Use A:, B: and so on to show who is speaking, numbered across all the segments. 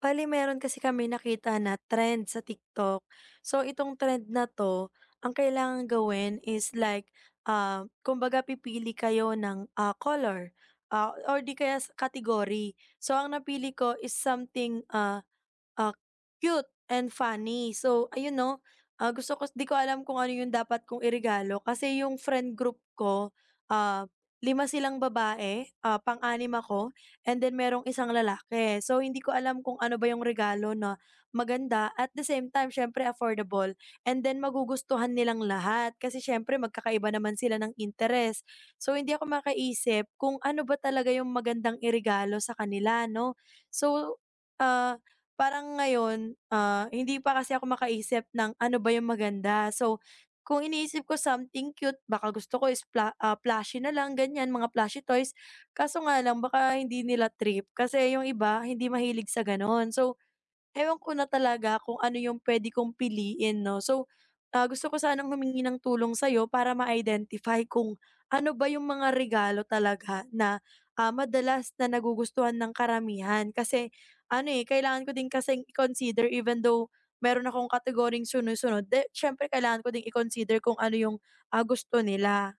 A: Bali meron kasi kami nakita na trend sa TikTok. So itong trend na 'to, ang kailangan gawin is like, kumbaga pipili kayo ng, color, or di kaya s category. So ang napili ko is something, Ah, cute and funny. So ayun 'no, gusto ko di ko alam kung ano yung dapat kong irigalo kasi yung friend group ko, ah, 5 silang babae, pang-anim ako and then merong isang lalaki. So hindi ko alam kung ano ba yung regalo na maganda at the same time siyempre affordable and then magugustuhan nilang lahat kasi siyempre magkakaiba naman sila ng interes. So hindi ako makaisip kung ano ba talaga yung magandang irigalo sa kanila 'no. So, ah Parang ngayon, hindi pa kasi ako makaisip ng ano ba yung maganda. So, kung iniisip ko something cute, baka gusto ko is plushie na lang, ganyan, mga plushie toys. Kaso nga lang baka hindi nila trip kasi yung iba hindi mahilig sa gano'n. So, ewan ko na talaga kung ano yung puwede kong piliin 'no. So, gusto ko sanang humingi ng tulong sa'yo para ma-identify kung ano ba yung mga regalo talaga na, madalas na nagugustuhan ng karamihan. Kasi ano, eh, kailangan ko din kasing i-consider even though meron akong kategoring sunod-sunod, de siyempre kailangan ko ding i-consider kung ano yung, gusto nila.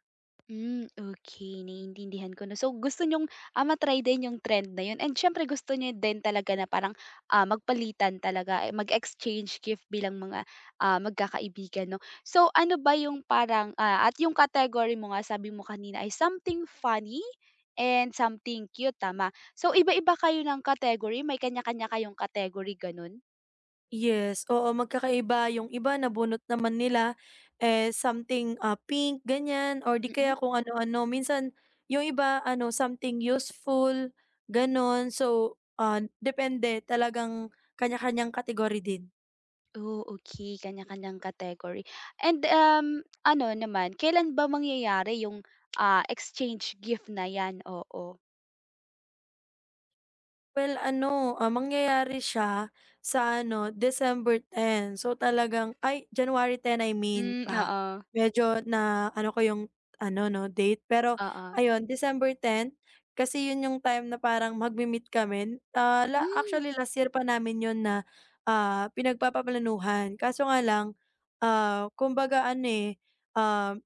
B: Hmm, okey, naiintindihan ko na. So, gusto niyong, ma-try din yung trend na yun, and siyempre gusto nyo din talaga na parang, magpalitan talaga, eh, mag-exchange gift bilang mga, magkakaibigan 'no. So, ano ba yung parang, at yung category mo nga sabi mo kanina ay something funny and something cute, tama? So, iba-iba kayo ng category, may kanya-kanya kayong category, ganun?
A: Yes, oo magkakaiba yung iba nabunot naman nila, eh, something, pink ganyan or di
B: Mm.
A: kaya kung ano-ano minsan yung iba ano something useful, gano'n. So, depende talagang kanya-kanyang category din.
B: Oh, okay, kanya-kanyang category. And, ano naman, kailan ba mangyayari yung, exchange gift na 'yan? Oo.
A: Well ano, mangyayari siya sa ano, December 10. So talagang ay January 10 I mean
B: Hmm,
A: pa.
B: oo.
A: Medyo na ano ko yung ano 'no, date. Pero
B: Oo.
A: ayun, December 10 kasi yun yung time na parang magmi-meet kami. Ah, la
B: Hmm.
A: Actually last year pa namin yun na, pinagpapaplanuhan kaso nga lang, kumbaga ano, eh, um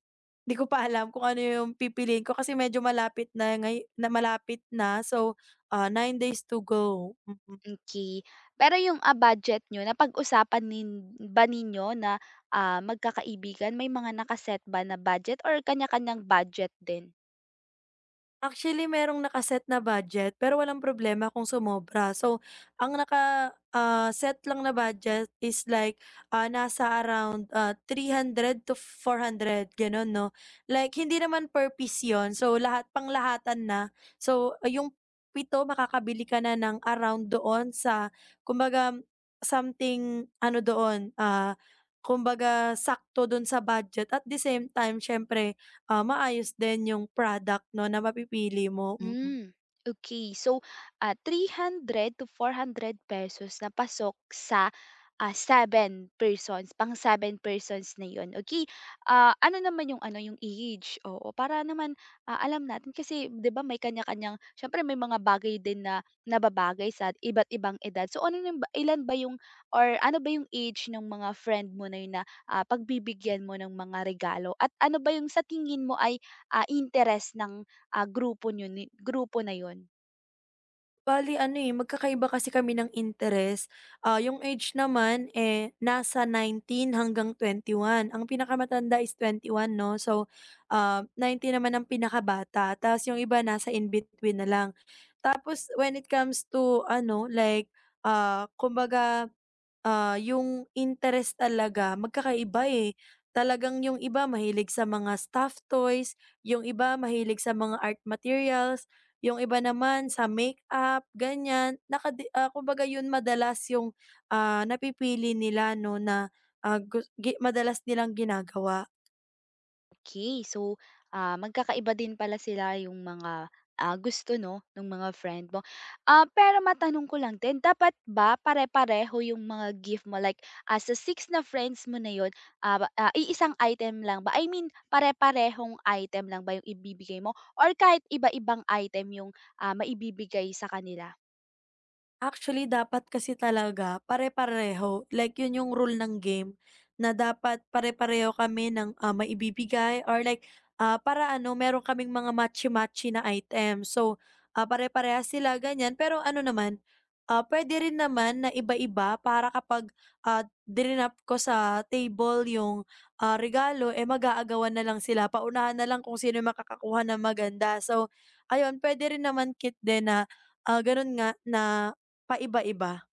A: di ko pa alam kung ano yung pipiliin ko kasi medyo malapit na ngay na malapit na so, 9 days to go, mm.
B: Okay. Pero yung, budget nyo napag-usapan ba ninyo na, magkakaibigan, may mga nakaset ba na budget or kanya-kanyang budget din?
A: Actually, merong nakaset na budget pero walang problema kung sumobra. So, ang naka, set lang na budget is like, nasa around, 300 to 400 gano'n 'no. Like hindi naman per piece 'yun, so lahat panglahatan na. So, yung pito makakabili ka na ng around doon sa kumbaga something ano doon, kumbaga sakto do'n sa budget at the same time siyempre maayos din yung product 'no na mapipili mo, mm. mm.
B: Hmm, okay. So, 300 to 400 pesos na pasok sa, seven persons, pang seven persons na yon. Okay. Ano naman 'yung ano, 'yung age? Oo, para naman, alam natin kasi 'di ba may kanya-kanyang siyempre may mga bagay din na nababagay sa iba't ibang edad. So, ano na ilan ba 'yung or ano ba 'yung age ng mga friend mo na 'yun na, pagbibigyan mo ng mga regalo, at ano ba 'yung sa tingin mo ay, interes ng grupo niyo ni grupo na yun.
A: Bali ano, eh, magkakaiba kasi kami ng interes. Yung age naman, eh, nasa 19 hanggang 21. Ang pinakamatanda is 21 'no, so, 19 naman ang pinakabata ta's yung iba nasa in between na lang. Tapos when it comes to ano, like, kumbaga, yung interes talaga magkakaiba, eh. Talagang yung iba mahilig sa mga stuffed toys, yung iba mahilig sa mga art materials, yung iba naman sa makeup, ganyan. Kumbaga yun madalas yung, napipili nila 'no na, ah, gus gi madalas nilang ginagawa.
B: Okay, so, magkakaiba din pala sila yung mga, gusto 'no, ng mga friend mo. Pero matanong ko lang din, dapat ba pare-pareho yung mga gift mo? Like, as sa six na friends mo na yon, iisang item lang ba? I mean, pare-parehong item lang ba yung ibibigay mo, or kahit iba-ibang item yung, maibibigay sa kanila?
A: Actually, dapat kasi talaga pare-pareho. Like, yun yung rule ng game na dapat pare-pareho kami ng, maibibigay or like, para ano, meron kaming mga matchy-matchy na item. So, pare-parehas sila, ganyan. Pero ano naman, puwede rin naman na iba-iba para kapag, drinap ko sa table yung, regalo, eh, mag-aagawan na lang sila. Paunahan na lang kung sino yung makakakuha ng maganda. So, ayun, puwede rin naman din na, ganun nga na paiba-iba.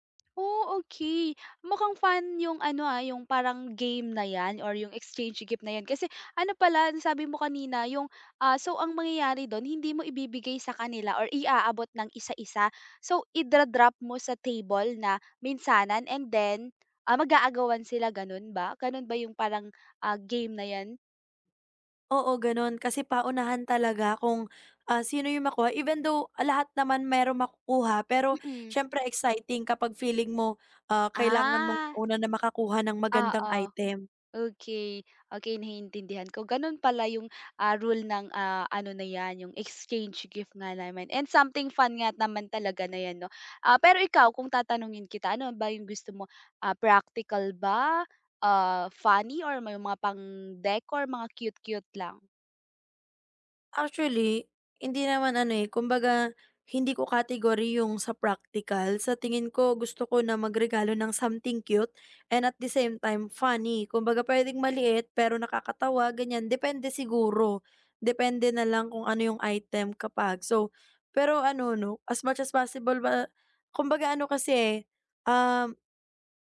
B: Oh, okey. Mukhang fun yung ano, yung parang game na 'yan or yung exchange gift na 'yan. Kasi ano pala, nasabi mo kanina yung, so ang mangyayari do'n hindi mo ibibigay sa kanila or iaabot ng isa-isa. So, idra-drop mo sa table na minsanan, and then, mag-aagawan sila, gano'n ba? Gano'n ba yung parang, game na 'yan?
A: Oo, gano'n. Kasi paunahan talaga kung, sino yung makuha. Even though lahat naman merong makukuha, pero
B: Mm.
A: siyempre exciting kapag feeling mo, kailangan mong
B: Ah,
A: una na makakuha ng magandang
B: oo.
A: item.
B: Okey. Okey, naiintindihan ko. Gano'n pala yung, rule ng, ano na 'yan, yung exchange gift nga naman and something fun nga naman talaga na 'yan 'no. Pero ikaw kung tatanungin kita, ano ba yung gusto mo, practical ba, funny or may mga pang-decor, mga cute-cute lang?
A: Actually, hindi naman ano, eh, kumbaga hindi ko category yung sa practical. Sa tingin ko gusto ko na magregalo ng something cute and at the same time funny. Kumbaga pwedeng maliit pero nakakatawa ganyan, depende siguro. Depende na lang kung ano yung item kapag. So, pero ano 'no, as much as possible ba kumbaga ano kasi, eh, um,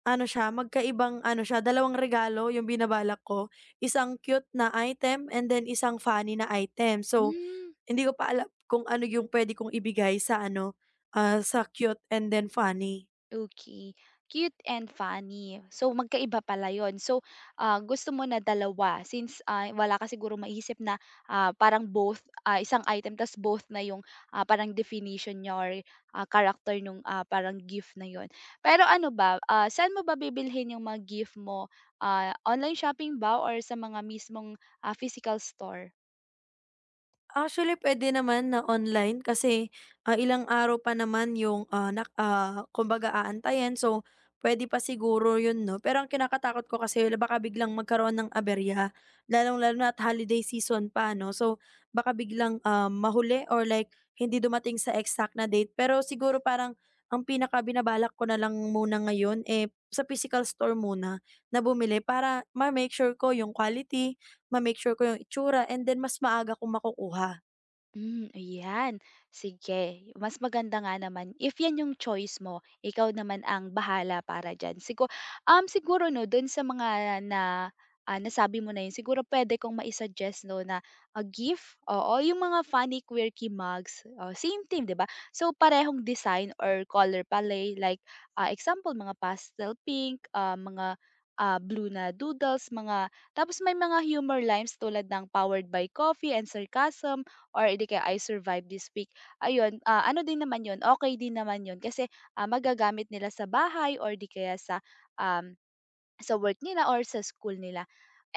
A: ano siya magkaibang ano siya, dalawang regalo yung binabalak ko. Isang cute na item and then isang funny na item. So
B: Hmm.
A: hindi ko pa alam kung ano yung pwede kong ibigay sa ano, sa cute and then funny.
B: Okay, cute and funny. So, magkaiba pala yun. So, gusto mo na dalawa since, wala ka siguro maisip na, parang both, isang item ta's both na yung, parang definition niya or, character nung, parang gift na yon. Pero ano ba, saan mo ba bibilhin yung mga gift mo? Online shopping ba or sa mga mismong, physical store?
A: Actually, pwede naman na online kasi, ilang araw pa naman yung, kumbaga aantayan. So, pwede pa siguro yun 'no. Pero ang kinakatakot ko kasi baka biglang magkaroon ng aberya, lalong-lalo na't holiday season pa 'no. So, baka biglang, mahuli or like hindi dumating sa exact na date. Pero siguro parang ang pinakabinabalak ko na lang muna ngayon, eh, sa physical store muna na bumili para ma-make sure ko yung quality, ma-make sure ko yung itsura and then mas maaga kong makukuha.
B: Hmm, ayan. Sige, mas maganda nga naman if 'yan yung choice mo, ikaw naman ang bahala para dyan. Siguro 'no, do'n sa mga na, nasabi mo na 'yun, siguro puwede kong mai-suggest 'no na, a gift, oo, yung mga funny quirky mugs, oh, same theme, 'di ba? So, parehong design or color palette like, example mga pastel pink, blue na doodles, mga, tapos may mga humor lines tulad ng "Powered by Coffee and Sarcasm," or hindi kaya "I survived this week." Ayun, ano din naman 'yun, okay din naman 'yun kasi, magagamit nila sa bahay or di kaya sa, um, sa work nila or sa school nila.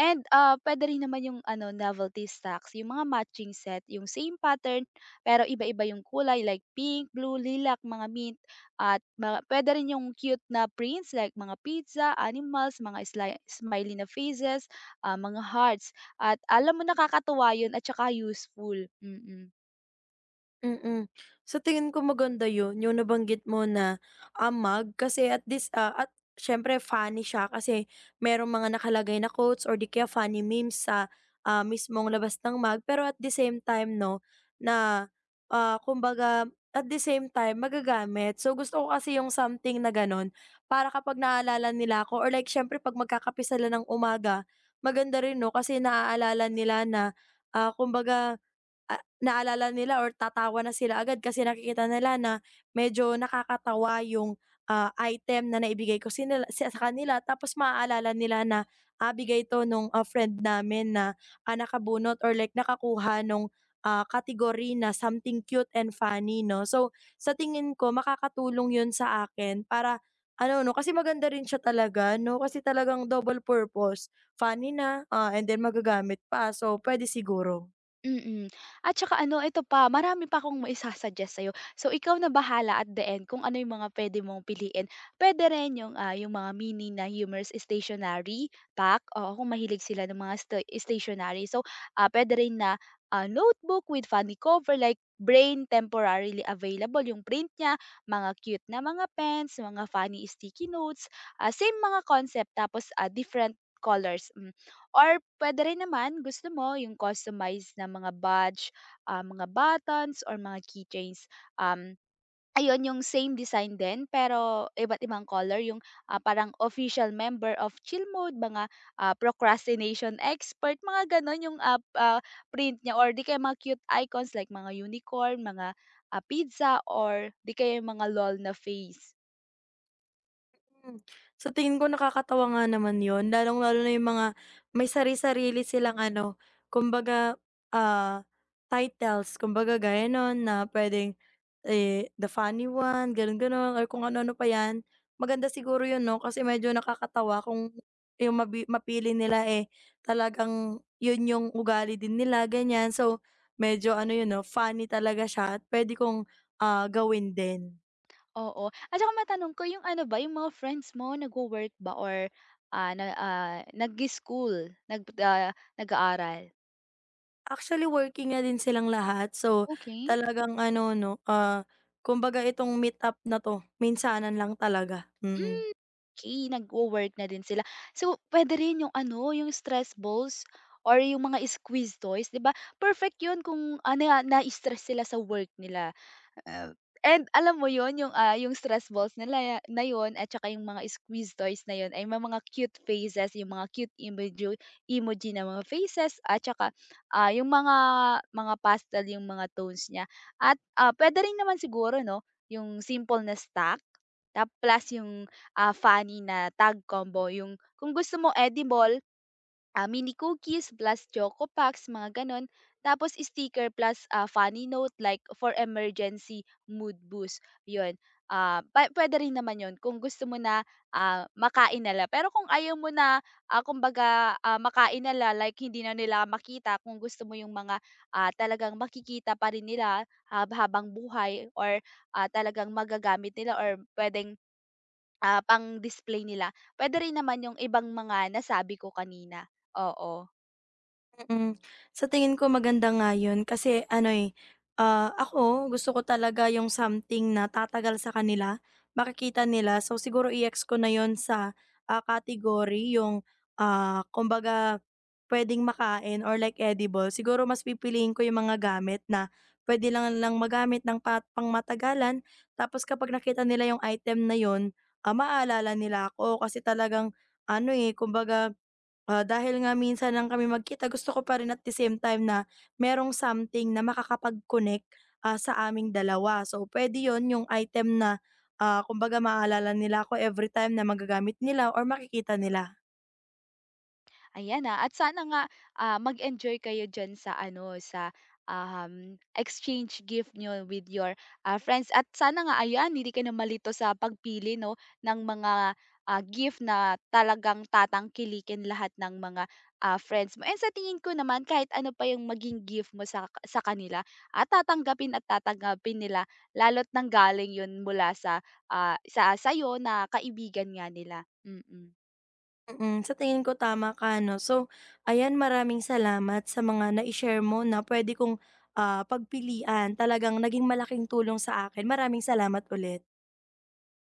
B: And, puwede rin naman yung ano, novelty stacks, yung mga matching set, yung same pattern pero iba-iba yung kulay like pink, blue, lilac, mga mint, at mga puwede rin yung cute na prints like mga pizza, animals, mga smiley na faces, mga hearts, at alam mo nakakatuwa yun at saka useful, mm. Mm.
A: Mm. Sa tingin ko maganda yun, yung nabanggit mo na, mug kasi at siyempre funny siya kasi merong mga nakalagay na quotes or di kaya funny memes sa, mismong labas ng mug. Pero at the same time 'no, na, kumbaga at the same time magagamit. So, gusto ko kasi yung something na gano'n para kapag naalala nila ako or like siyempre 'pag magkakape sila ng umaga, maganda rin 'no, kasi naaalala nila na, kumbaga, naalala nila or tatawa na sila agad kasi nakikita nila na medyo nakakatawa yung, item na naibigay ko sinila sa kanila tapos maaalala nila na, bigay 'to nung, friend namin na, nakabunot or like nakakuha nung, category na something cute and funny 'no. So, sa tingin ko makakatulong 'yun sa akin para ano 'no, kasi maganda rin siya talaga 'no, kasi talagang double purpose, funny na, and then magagamit pa so pwede siguro.
B: Mm. At saka ano, ito pa, marami pa akong maisa-suggest sa'yo. So, ikaw na bahala at the end kung ano yung mga puwede mong piliin. Puwede rin yung, yung mga mini na humorous stationery pack, o kung mahilig sila ng mga stationery. So, puwede rin na, notebook with funny cover like "Brain temporarily available," yung print niya, mga cute na mga pens, mga funny sticky notes, same mga concept, tapos, different colors. Hmm. Or puwede rin naman gusto mo yung customized na mga badge, mga buttons or mga keychains. Ayun yung same design din pero iba't ibang color, yung, parang "Official member of chill mode," mga, "Procrastination expert," mga gano'n yung, print niya, or di kaya mga cute icons like mga unicorn, mga, pizza or di kaya yung mga lol na face.
A: Hmm, sa tingin ko nakakatuwa nga naman yon, lalong-lalo na yung mga may sari-sarili silang ano, kumbaga, ah, titles kumbaga gaya nun na puwedeng, eh, the funny one gano'n, gano'n or kung ano-ano pa 'yan. Maganda siguro 'yun 'no, kasi medyo nakakatawa kung yung mapili nila, eh, talagang 'yun yung ugali din nila ganiyan. So, medyo ano 'yun 'no, funny talaga siya at puwede kong, gawin din.
B: Oo. At saka matanong ko, yung ano ba, yung mga friends mo nagwo-work ba or, nag-school, nag-aaral?
A: Actually, working na din silang lahat. So,
B: Okay.
A: talagang ano 'no, kumbaga itong meet-up na 'to, minsanan lang talaga, mm.
B: Hmm, okey, nagwo-work na din sila. So, puwede rin yung ano, yung stress balls or yung mga squeeze toys, 'di ba, perfect yun kung, na na-stress sila sa work nila. Ah, and alam mo yon yung, yung stress balls nila na yon at saka yung mga squeeze toys na yon ay may mga cute faces, yung mga cute emoji emoji na mga faces, at saka, yung mga pastel yung mga tones niya, at, puwede rin naman siguro 'no, yung simple na stack plus yung, funny na tag combo, yung kung gusto mo edible, mini cookies plus choco packs, mga ganon. Tapos sticker plus, funny note like "For emergency mood boost." Yun. Pwede rin naman yun kung gusto mo na, makain nala. Pero kung ayaw mo na, kumbaga, makain nala, like hindi na nila makita, kung gusto mo yung mga, talagang makikita pa rin nila habang buhay or, talagang magagamit nila or pwedeng, pang-display nila, pwede rin naman yung ibang mga nasabi ko kanina. Oo.
A: Mm. Sa tingin ko maganda nga yun kasi ano, eh, ako gusto ko talaga yung something na tatagal sa kanila, makikita nila. So siguro i-ex ko na yon sa, category yung, kumbaga puwedeng makain or like edible. Siguro mas pipiliin ko yung mga gamit na puwede lang nilang magamit ng pangmatagalan tapos kapag nakita nila yung item na yon, maaalala nila ako kasi talagang ano, eh, kumbaga, dahil nga minsan lang kami magkita gusto ko pa rin at the same time na merong something na makakapag-connect, sa aming dalawa. So pwede yon yung item na, kumbaga maaalala nila ako every time na magagamit nila or makikita nila.
B: Ayan, na at sana nga, mag-enjoy kayo diyan sa ano, sa, exchange gift niyo with your, friends, at sana nga ayan hindi ka na malito sa pagpili 'no, ng mga, gift na talagang tatangkilikin lahat ng mga, friends mo. And sa tingin ko naman kahit ano pa yung maging gift mo sa kanila, at tatanggapin, at tatanggapin nila, lalo't nang galing yun mula sa, sa'yo na kaibigan nga nila, mm. Mm.
A: Sa tingin ko tama ka 'no. So ayan, maraming salamat sa mga na share mo na pwede kong, pagpilian. Talagang naging malaking tulong sa akin. Maraming salamat ulit.